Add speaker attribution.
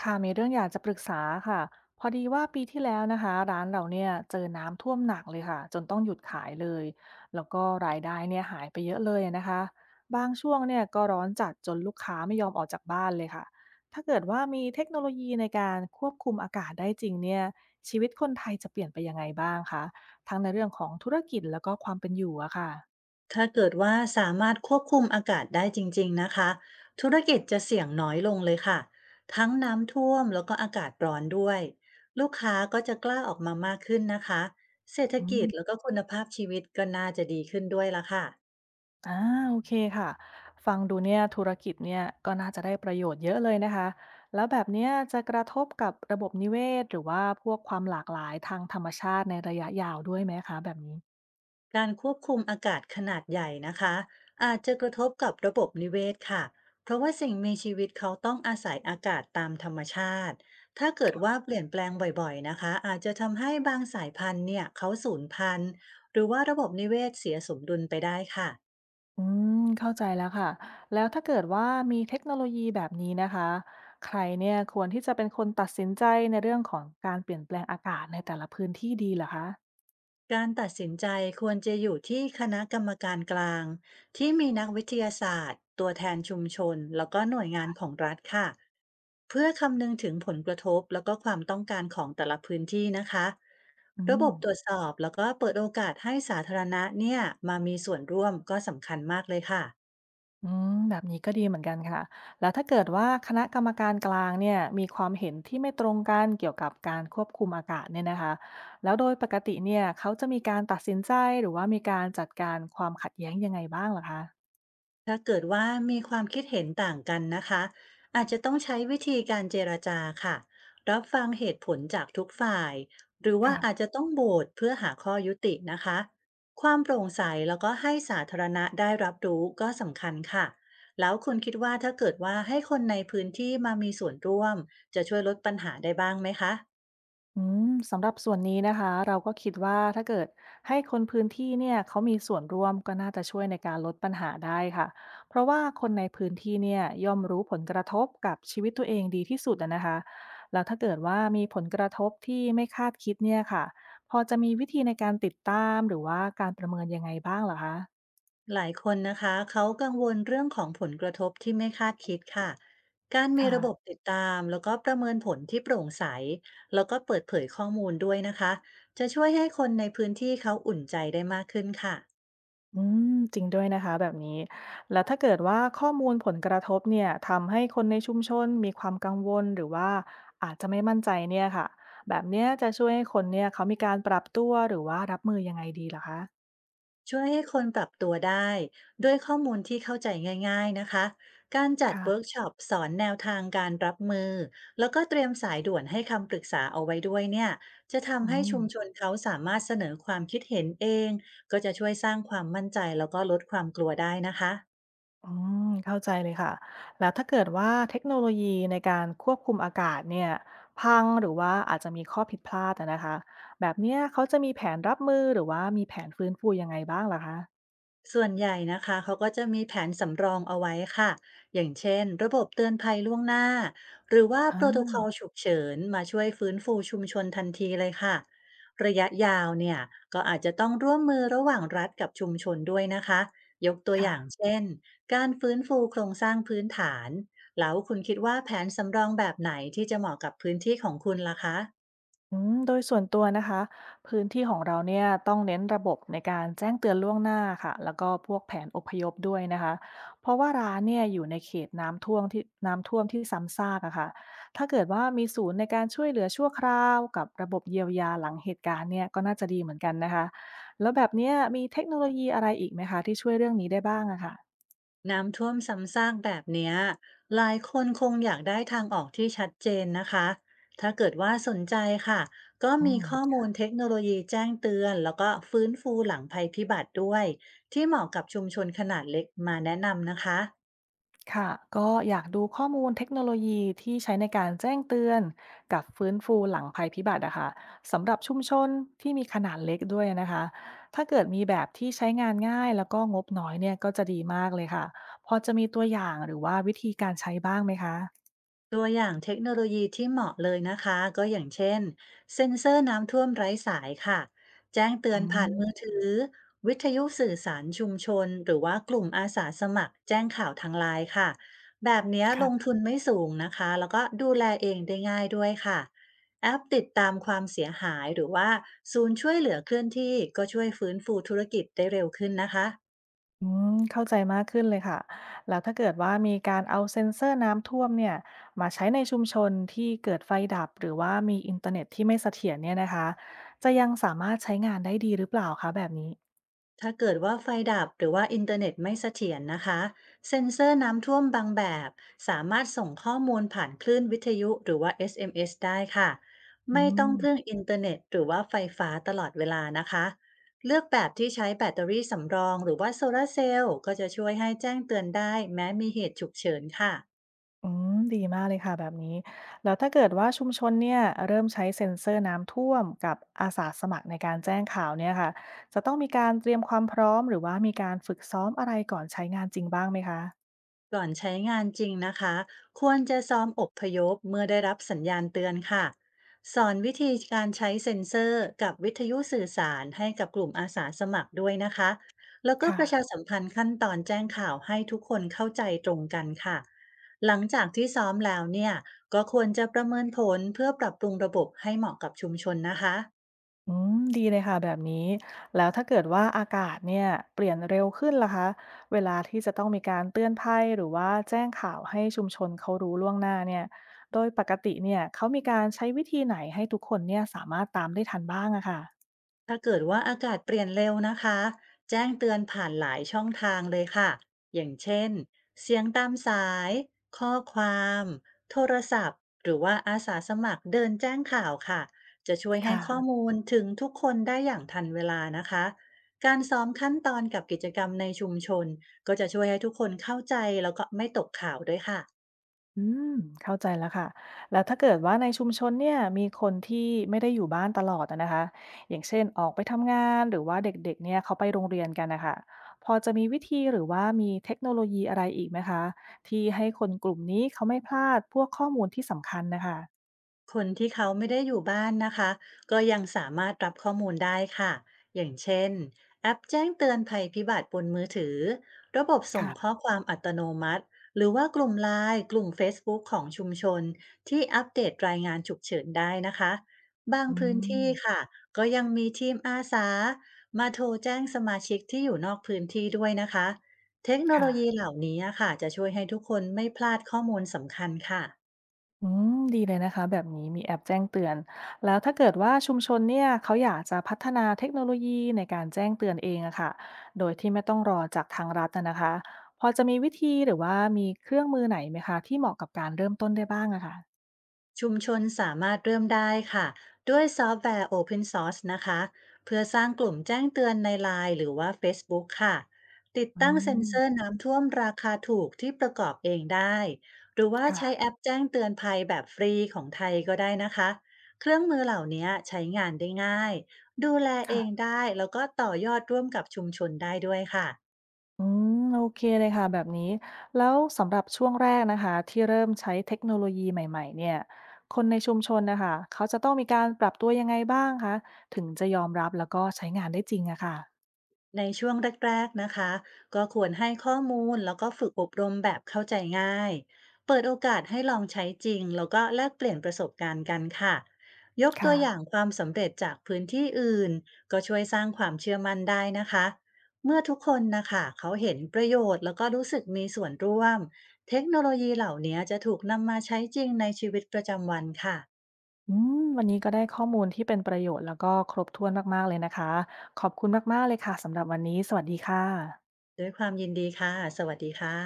Speaker 1: ค่ะมีเรื่องอยากจะปรึกษาค่ะพอดีว่าปีที่แล้วนะคะร้านเราเนี่ยเจอน้ำท่วมหนักเลยค่ะจนต้องหยุดขายเลยแล้วก็รายได้เนี่ยหายไปเยอะเลยนะคะบางช่วงเนี่ยก็ร้อนจัดจนลูกค้าไม่ยอมออกจากบ้านเลยค่ะถ้าเกิดว่ามีเทคโนโลยีในการควบคุมอากาศได้จริงเนี่ยชีวิตคนไทยจะเปลี่ยนไปยังไงบ้างคะทั้งในเรื่องของธุรกิจแล้วก็ความเป็นอยู่อะค่ะ
Speaker 2: ถ้าเกิดว่าสามารถควบคุมอากาศได้จริงๆนะคะธุรกิจจะเสี่ยงน้อยลงเลยค่ะ ทั้งน้ำท่วมแล้วก็อากาศร้อนด้วย ลูกค้าก็จะกล้าออกมามากขึ้นนะคะ เศรษฐกิจ
Speaker 1: อื
Speaker 2: แล้วก็คุณภาพชีวิตก็น่าจะดีขึ้นด้วยละค่ะ
Speaker 1: อาโอเคค่ะฟังดูเนี่ยธุรกิจเนี่ยก็น่าจะได้ประโยชน์เยอะเลยนะคะแล้วแบบเนี้ยจะกระทบกับระบบนิเวศหรือว่าพวกความหลากหลายทางธรรมชาติในระยะยาวด้วยไหมคะแบบนี้
Speaker 2: การควบคุมอากาศขนาดใหญ่นะคะอาจจะกระทบกับระบบนิเวศค่ะเพราะว่าสิ่งมีชีวิตเขาต้องอาศัยอากาศตามธรรมชาติถ้าเกิดว่าเปลี่ยนแปลงบ่อยๆนะคะอาจจะทำให้บางสายพันธุ์เนี่ยเขาสูญพันธุ์หรือว่าระบบนิเวศเสียสมดุลไปได้ค่ะ
Speaker 1: อืมเข้าใจแล้วค่ะแล้วถ้าเกิดว่ามีเทคโนโลยีแบบนี้นะคะใครเนี่ยควรที่จะเป็นคนตัดสินใจในเรื่องของการเปลี่ยนแปลงอากาศในแต่ละพื้นที่ดีเหรอคะ
Speaker 2: การตัดสินใจควรจะอยู่ที่คณะกรรมการกลางที่มีนักวิทยาศาสตร์ตัวแทนชุมชนแล้วก็หน่วยงานของรัฐค่ะเพื่อคำนึงถึงผลกระทบแล้วก็ความต้องการของแต่ละพื้นที่นะคะ
Speaker 1: อื
Speaker 2: ระบ
Speaker 1: ม
Speaker 2: บตรวจสอบแล้วก็เปิดโอกาสให้สาธารณะเนี่ยมามีส่วนร่วมก็สำคัญมากเลยค่ะ
Speaker 1: อืมแบบนี้ก็ดีเหมือนกันค่ะแล้วถ้าเกิดว่าคณะกรรมการกลางเนี่ยมีความเห็นที่ไม่ตรงกันเกี่ยวกับการควบคุมอากาศเนี่ยนะคะแล้วโดยปกติเนี่ยเขาจะมีการตัดสินใจหรือว่ามีการจัดการความขัดแย้งยังไงบ้างเหรอคะ
Speaker 2: ถ้าเกิดว่ามีความคิดเห็นต่างกันนะคะอาจจะต้องใช้วิธีการเจรจาค่ะรับฟังเหตุผลจากทุกฝ่ายหรือว่าอาจ
Speaker 1: ค่ะ
Speaker 2: จะต้องโหวตเพื่อหาข้อยุตินะคะความโปร่งใสแล้วก็ให้สาธารณะได้รับรู้ก็สำคัญค่ะแล้วคุณคิดว่าถ้าเกิดว่าให้คนในพื้นที่มามีส่วนร่วมจะช่วยลดปัญหาได้บ้างไหมคะ
Speaker 1: อืมสำหรับส่วนนี้นะคะเราก็คิดว่าถ้าเกิดให้คนพื้นที่เนี่ยเขามีส่วนร่วมก็น่าจะช่วยในการลดปัญหาได้ค่ะเพราะว่าคนในพื้นที่เนี่ยย่อมรู้ผลกระทบกับชีวิตตัวเองดีที่สุดอะนะคะแล้วถ้าเกิดว่ามีผลกระทบที่ไม่คาดคิดเนี่ยค่ะพอจะมีวิธีในการติดตามหรือว่าการประเมินยังไงบ้างเหรอคะ
Speaker 2: หลายคนนะคะเขากังวลเรื่องของผลกระทบที่ไม่คาดคิดค่ะการมี
Speaker 1: ค่ะ
Speaker 2: ระบบติดตามแล้วก็ประเมินผลที่โปร่งใสแล้วก็เปิดเผยข้อมูลด้วยนะคะจะช่วยให้คนในพื้นที่เขาอุ่นใจได้มากขึ้นค่ะ
Speaker 1: อืมจริงด้วยนะคะแบบนี้แล้วถ้าเกิดว่าข้อมูลผลกระทบเนี่ยทำให้คนในชุมชนมีความกังวลหรือว่าอาจจะไม่มั่นใจเนี่ยค่ะแบบเนี้ยจะช่วยให้คนเนี่ยเขามีการปรับตัวหรือว่ารับมือยังไงดีเหรอคะ
Speaker 2: ช่วยให้คนปรับตัวได้ด้วยข้อมูลที่เข้าใจง่ายๆนะคะการจัดเวิร์ก
Speaker 1: ค่ะ
Speaker 2: ช็อปสอนแนวทางการรับมือแล้วก็เตรียมสายด่วนให้คำปรึกษาเอาไว้ด้วยเนี่ยจะ
Speaker 1: อื
Speaker 2: ทำให้
Speaker 1: ม
Speaker 2: ชุมชนเขาสามารถเสนอความคิดเห็นเองก็จะช่วยสร้างความมั่นใจแล้วก็ลดความกลัวได้นะคะ
Speaker 1: อืมเข้าใจเลยค่ะแล้วถ้าเกิดว่าเทคโนโลยีในการควบคุมอากาศเนี่ยพังหรือว่าอาจจะมีข้อผิดพลาดอะนะคะแบบเนี้ยเขาจะมีแผนรับมือหรือว่ามีแผนฟื้นฟูยังไงบ้างล่ะคะ
Speaker 2: ส่วนใหญ่นะคะเขาก็จะมีแผนสำรองเอาไว้ค่ะอย่างเช่นระบบเตือนภัยล่วงหน้าหรือว่า
Speaker 1: อ่า
Speaker 2: โปรโตคอลฉุกเฉินมาช่วยฟื้นฟูชุมชนทันทีเลยค่ะระยะยาวเนี่ยก็อาจจะต้องร่วมมือระหว่างรัฐกับชุมชนด้วยนะคะยกตัวอ
Speaker 1: ค่ะ
Speaker 2: ย่างเช่นการฟื้นฟูโครงสร้างพื้นฐานแล้วคุณคิดว่าแผนสำรองแบบไหนที่จะเหมาะกับพื้นที่ของคุณล่ะคะ
Speaker 1: อืมโดยส่วนตัวนะคะพื้นที่ของเราเนี่ยต้องเน้นระบบในการแจ้งเตือนล่วงหน้าค่ะแล้วก็พวกแผนอพยพด้วยนะคะเพราะว่าร้านเนี่ยอยู่ในเขตน้ำท่วมที่ซ้ำซากอะค่ะถ้าเกิดว่ามีศูนย์ในการช่วยเหลือชั่วคราวกับระบบเยียวยาหลังเหตุการณ์เนี่ยก็น่าจะดีเหมือนกันนะคะแล้วแบบเนี้ยมีเทคโนโลยีอะไรอีกไหมคะที่ช่วยเรื่องนี้ได้บ้างอะค่ะ
Speaker 2: น้ำท่วมซ้ำซากแบบเนี้ยหลายคนคงอยากได้ทางออกที่ชัดเจนนะคะ ถ้าเกิดว่าสนใจค่ะ ก็
Speaker 1: อื
Speaker 2: มี
Speaker 1: ม
Speaker 2: ข้อมูลเทคโนโลยีแจ้งเตือนแล้วก็ฟื้นฟูหลังภัยพิบัติด้วยที่เหมาะกับชุมชนขนาดเล็กมาแนะนำนะคะ
Speaker 1: ค่ะก็อยากดูข้อมูลเทคโนโลยีที่ใช้ในการแจ้งเตือนกับฟื้นฟูหลังภัยพิบัติอะค่ะสำหรับชุมชนที่มีขนาดเล็กด้วยนะคะถ้าเกิดมีแบบที่ใช้งานง่ายแล้วก็งบน้อยเนี่ยก็จะดีมากเลยค่ะพอจะมีตัวอย่างหรือว่าวิธีการใช้บ้างไหมคะ
Speaker 2: ตัวอย่างเทคโนโลยีที่เหมาะเลยนะคะก็อย่างเช่นเซ็นเซอร์น้ำท่วมไร้สายค่ะแจ้งเตือ
Speaker 1: อ๋อ
Speaker 2: นผ่านมือถือวิทยุสื่อสารชุมชนหรือว่ากลุ่มอาสาสมัครแจ้งข่าวทางไลน์ค่ะแบบเนี้ย
Speaker 1: ค่
Speaker 2: ลง
Speaker 1: ะ
Speaker 2: ทุนไม่สูงนะคะแล้วก็ดูแลเองได้ง่ายด้วยค่ะแอปติดตามความเสียหายหรือว่าศูนย์ช่วยเหลือเคลื่อนที่ก็ช่วยฟื้นฟูธุรกิจได้เร็วขึ้นนะคะ
Speaker 1: อืมเข้าใจมากขึ้นเลยค่ะแล้วถ้าเกิดว่ามีการเอาเซ็นเซอร์น้ำท่วมเนี่ยมาใช้ในชุมชนที่เกิดไฟดับหรือว่ามีอินเทอร์เน็ตที่ไม่เสถียรเนี่ยนะคะจะยังสามารถใช้งานได้ดีหรือเปล่าคะแบบนี้
Speaker 2: ถ้าเกิดว่าไฟดับหรือว่าอินเทอร์เน็ตไม่เสถียรนะคะเซ็นเซอร์น้ำท่วมบางแบบสามารถส่งข้อมูลผ่านคลื่นวิทยุหรือว่า SMS ได้ค่ะ
Speaker 1: อื
Speaker 2: ไม่ต้อง
Speaker 1: ม
Speaker 2: พึ่งอินเทอร์เน็ตหรือว่าไฟฟ้าตลอดเวลานะคะเลือกแบบที่ใช้แบตเตอรี่สำรองหรือว่าโซลาร์เซลล์ก็จะช่วยให้แจ้งเตือนได้แม้มีเหตุฉุกเฉินค่ะ
Speaker 1: อืมดีมากเลยค่ะแบบนี้แล้วถ้าเกิดว่าชุมชนเนี่ยเริ่มใช้เซ็นเซอร์น้ำท่วมกับอาสาสมัครในการแจ้งข่าวเนี่ยค่ะจะต้องมีการเตรียมความพร้อมหรือว่ามีการฝึกซ้อมอะไรก่อนใช้งานจริงบ้างไหมคะ
Speaker 2: ก่อนใช้งานจริงนะคะควรจะซ้อมอบพยพเมื่อได้รับสัญญาณเตือนค่ะสอนวิธีการใช้เซ็นเซอร์กับวิทยุสื่อสารให้กับกลุ่มอาสาสมัครด้วยนะคะแล้วก็
Speaker 1: ค่ะ
Speaker 2: ประชาสัมพันธ์ขั้นตอนแจ้งข่าวให้ทุกคนเข้าใจตรงกันค่ะหลังจากที่ซ้อมแล้วเนี่ยก็ควรจะประเมินผลเพื่อปรับปรุงระบบให้เหมาะกับชุมชนนะคะ
Speaker 1: อืมดีเลยค่ะแบบนี้แล้วถ้าเกิดว่าอากาศเนี่ยเปลี่ยนเร็วขึ้นล่ะคะเวลาที่จะต้องมีการเตือนภัยหรือว่าแจ้งข่าวให้ชุมชนเขารู้ล่วงหน้าเนี่ยโดยปกติเนี่ยเขามีการใช้วิธีไหนให้ทุกคนเนี่ยสามารถตามได้ทันบ้างอะค่ะ
Speaker 2: ถ้าเกิดว่าอากาศเปลี่ยนเร็วนะคะแจ้งเตือนผ่านหลายช่องทางเลยค่ะอย่างเช่นเสียงตามสายข้อความโทรศัพท์หรือว่าอาสาสมัครเดินแจ้งข่าวค่ะจะช่วยให้ข้อ
Speaker 1: ค่ะ
Speaker 2: มูลถึงทุกคนได้อย่างทันเวลานะคะการซ้อมขั้นตอนกับกิจกรรมในชุมชนก็จะช่วยให้ทุกคนเข้าใจแล้วก็ไม่ตกข่าวด้วยค่ะ
Speaker 1: อืมเข้าใจแล้วค่ะ แล้วถ้าเกิดว่าในชุมชนเนี่ยมีคนที่ไม่ได้อยู่บ้านตลอดอะนะคะอย่างเช่นออกไปทำงานหรือว่าเด็กๆเนี่ยเขาไปโรงเรียนกันนะคะพอจะมีวิธีหรือว่ามีเทคโนโลยีอะไรอีกไหมคะที่ให้คนกลุ่มนี้เขาไม่พลาดพวกข้อมูลที่สำคัญนะคะ
Speaker 2: คนที่เขาไม่ได้อยู่บ้านนะคะก็ยังสามารถรับข้อมูลได้ค่ะอย่างเช่นแอปแจ้งเตือนภัยพิบัติบนมือถือระบบส่ง
Speaker 1: ค่ะ
Speaker 2: ข้อความอัตโนมัติหรือว่ากลุ่มไลน์กลุ่ม Facebook ของชุมชนที่อัปเดตรายงานฉุกเฉินได้นะคะบาง
Speaker 1: อื
Speaker 2: พื้นที่
Speaker 1: ม
Speaker 2: ค่ะก็ยังมีทีมอาสามาโทรแจ้งสมาชิกที่อยู่นอกพื้นที่ด้วยนะคะเทคโนโล
Speaker 1: ค่ะ
Speaker 2: ยีเหล่านี้ค่ะจะช่วยให้ทุกคนไม่พลาดข้อมูลสำคัญค่ะ
Speaker 1: อืมดีเลยนะคะแบบนี้มีแอปแจ้งเตือนแล้วถ้าเกิดว่าชุมชนเนี่ยเขาอยากจะพัฒนาเทคโนโลยีในการแจ้งเตือนเองอะค่ะโดยที่ไม่ต้องรอจากทางรัฐอะนะคะพอจะมีวิธีหรือว่ามีเครื่องมือไหนไหมคะที่เหมาะกับการเริ่มต้นได้บ้างอะค่ะ
Speaker 2: ชุมชนสามารถเริ่มได้ค่ะด้วยซอฟต์แวร์ Open Source นะคะเพื่อสร้างกลุ่มแจ้งเตือนในไลน์หรือว่า Facebook ค่ะติด
Speaker 1: อื
Speaker 2: ตั้งเซ็น
Speaker 1: ม
Speaker 2: เซอร์น้ำท่วมราคาถูกที่ประกอบเองได้หรือว่าใช้แอ
Speaker 1: ค่ะ
Speaker 2: ปแจ้งเตือนภัยแบบฟรีของไทยก็ได้นะคะเครื่องมือเหล่านี้ใช้งานได้ง่ายดูแลเอง
Speaker 1: ค่ะ
Speaker 2: ได้แล้วก็ต่อยอดร่วมกับชุมชนได้ด้วยค่ะ
Speaker 1: อืมโอเคเลยค่ะแบบนี้แล้วสำหรับช่วงแรกนะคะที่เริ่มใช้เทคโนโลยีใหม่ๆเนี่ยคนในชุมชนนะคะเขาจะต้องมีการปรับตัวยังไงบ้างคะถึงจะยอมรับแล้วก็ใช้งานได้จริงอะค่ะ
Speaker 2: ในช่วงแรกๆนะคะก็ควรให้ข้อมูลแล้วก็ฝึกอบรมแบบเข้าใจง่ายเปิดโอกาสให้ลองใช้จริงแล้วก็แลกเปลี่ยนประสบการณ์กันค่ะยกตั
Speaker 1: ค่ะ
Speaker 2: วอย่างความสำเร็จจากพื้นที่อื่นก็ช่วยสร้างความเชื่อมั่นได้นะคะเมื่อทุกคนนะคะเขาเห็นประโยชน์แล้วก็รู้สึกมีส่วนร่วมเทคโนโลยีเหล่านี้จะถูกนำมาใช้จริงในชีวิตประจำวันค่ะ
Speaker 1: อืมวันนี้ก็ได้ข้อมูลที่เป็นประโยชน์แล้วก็ครบถ้วนมากๆเลยนะคะ ขอบคุณมากๆเลยค่ะสำหรับวันนี้ สวัสดีค่ะ
Speaker 2: ด้วยความยินดีค่ะสวัสดีค่ะ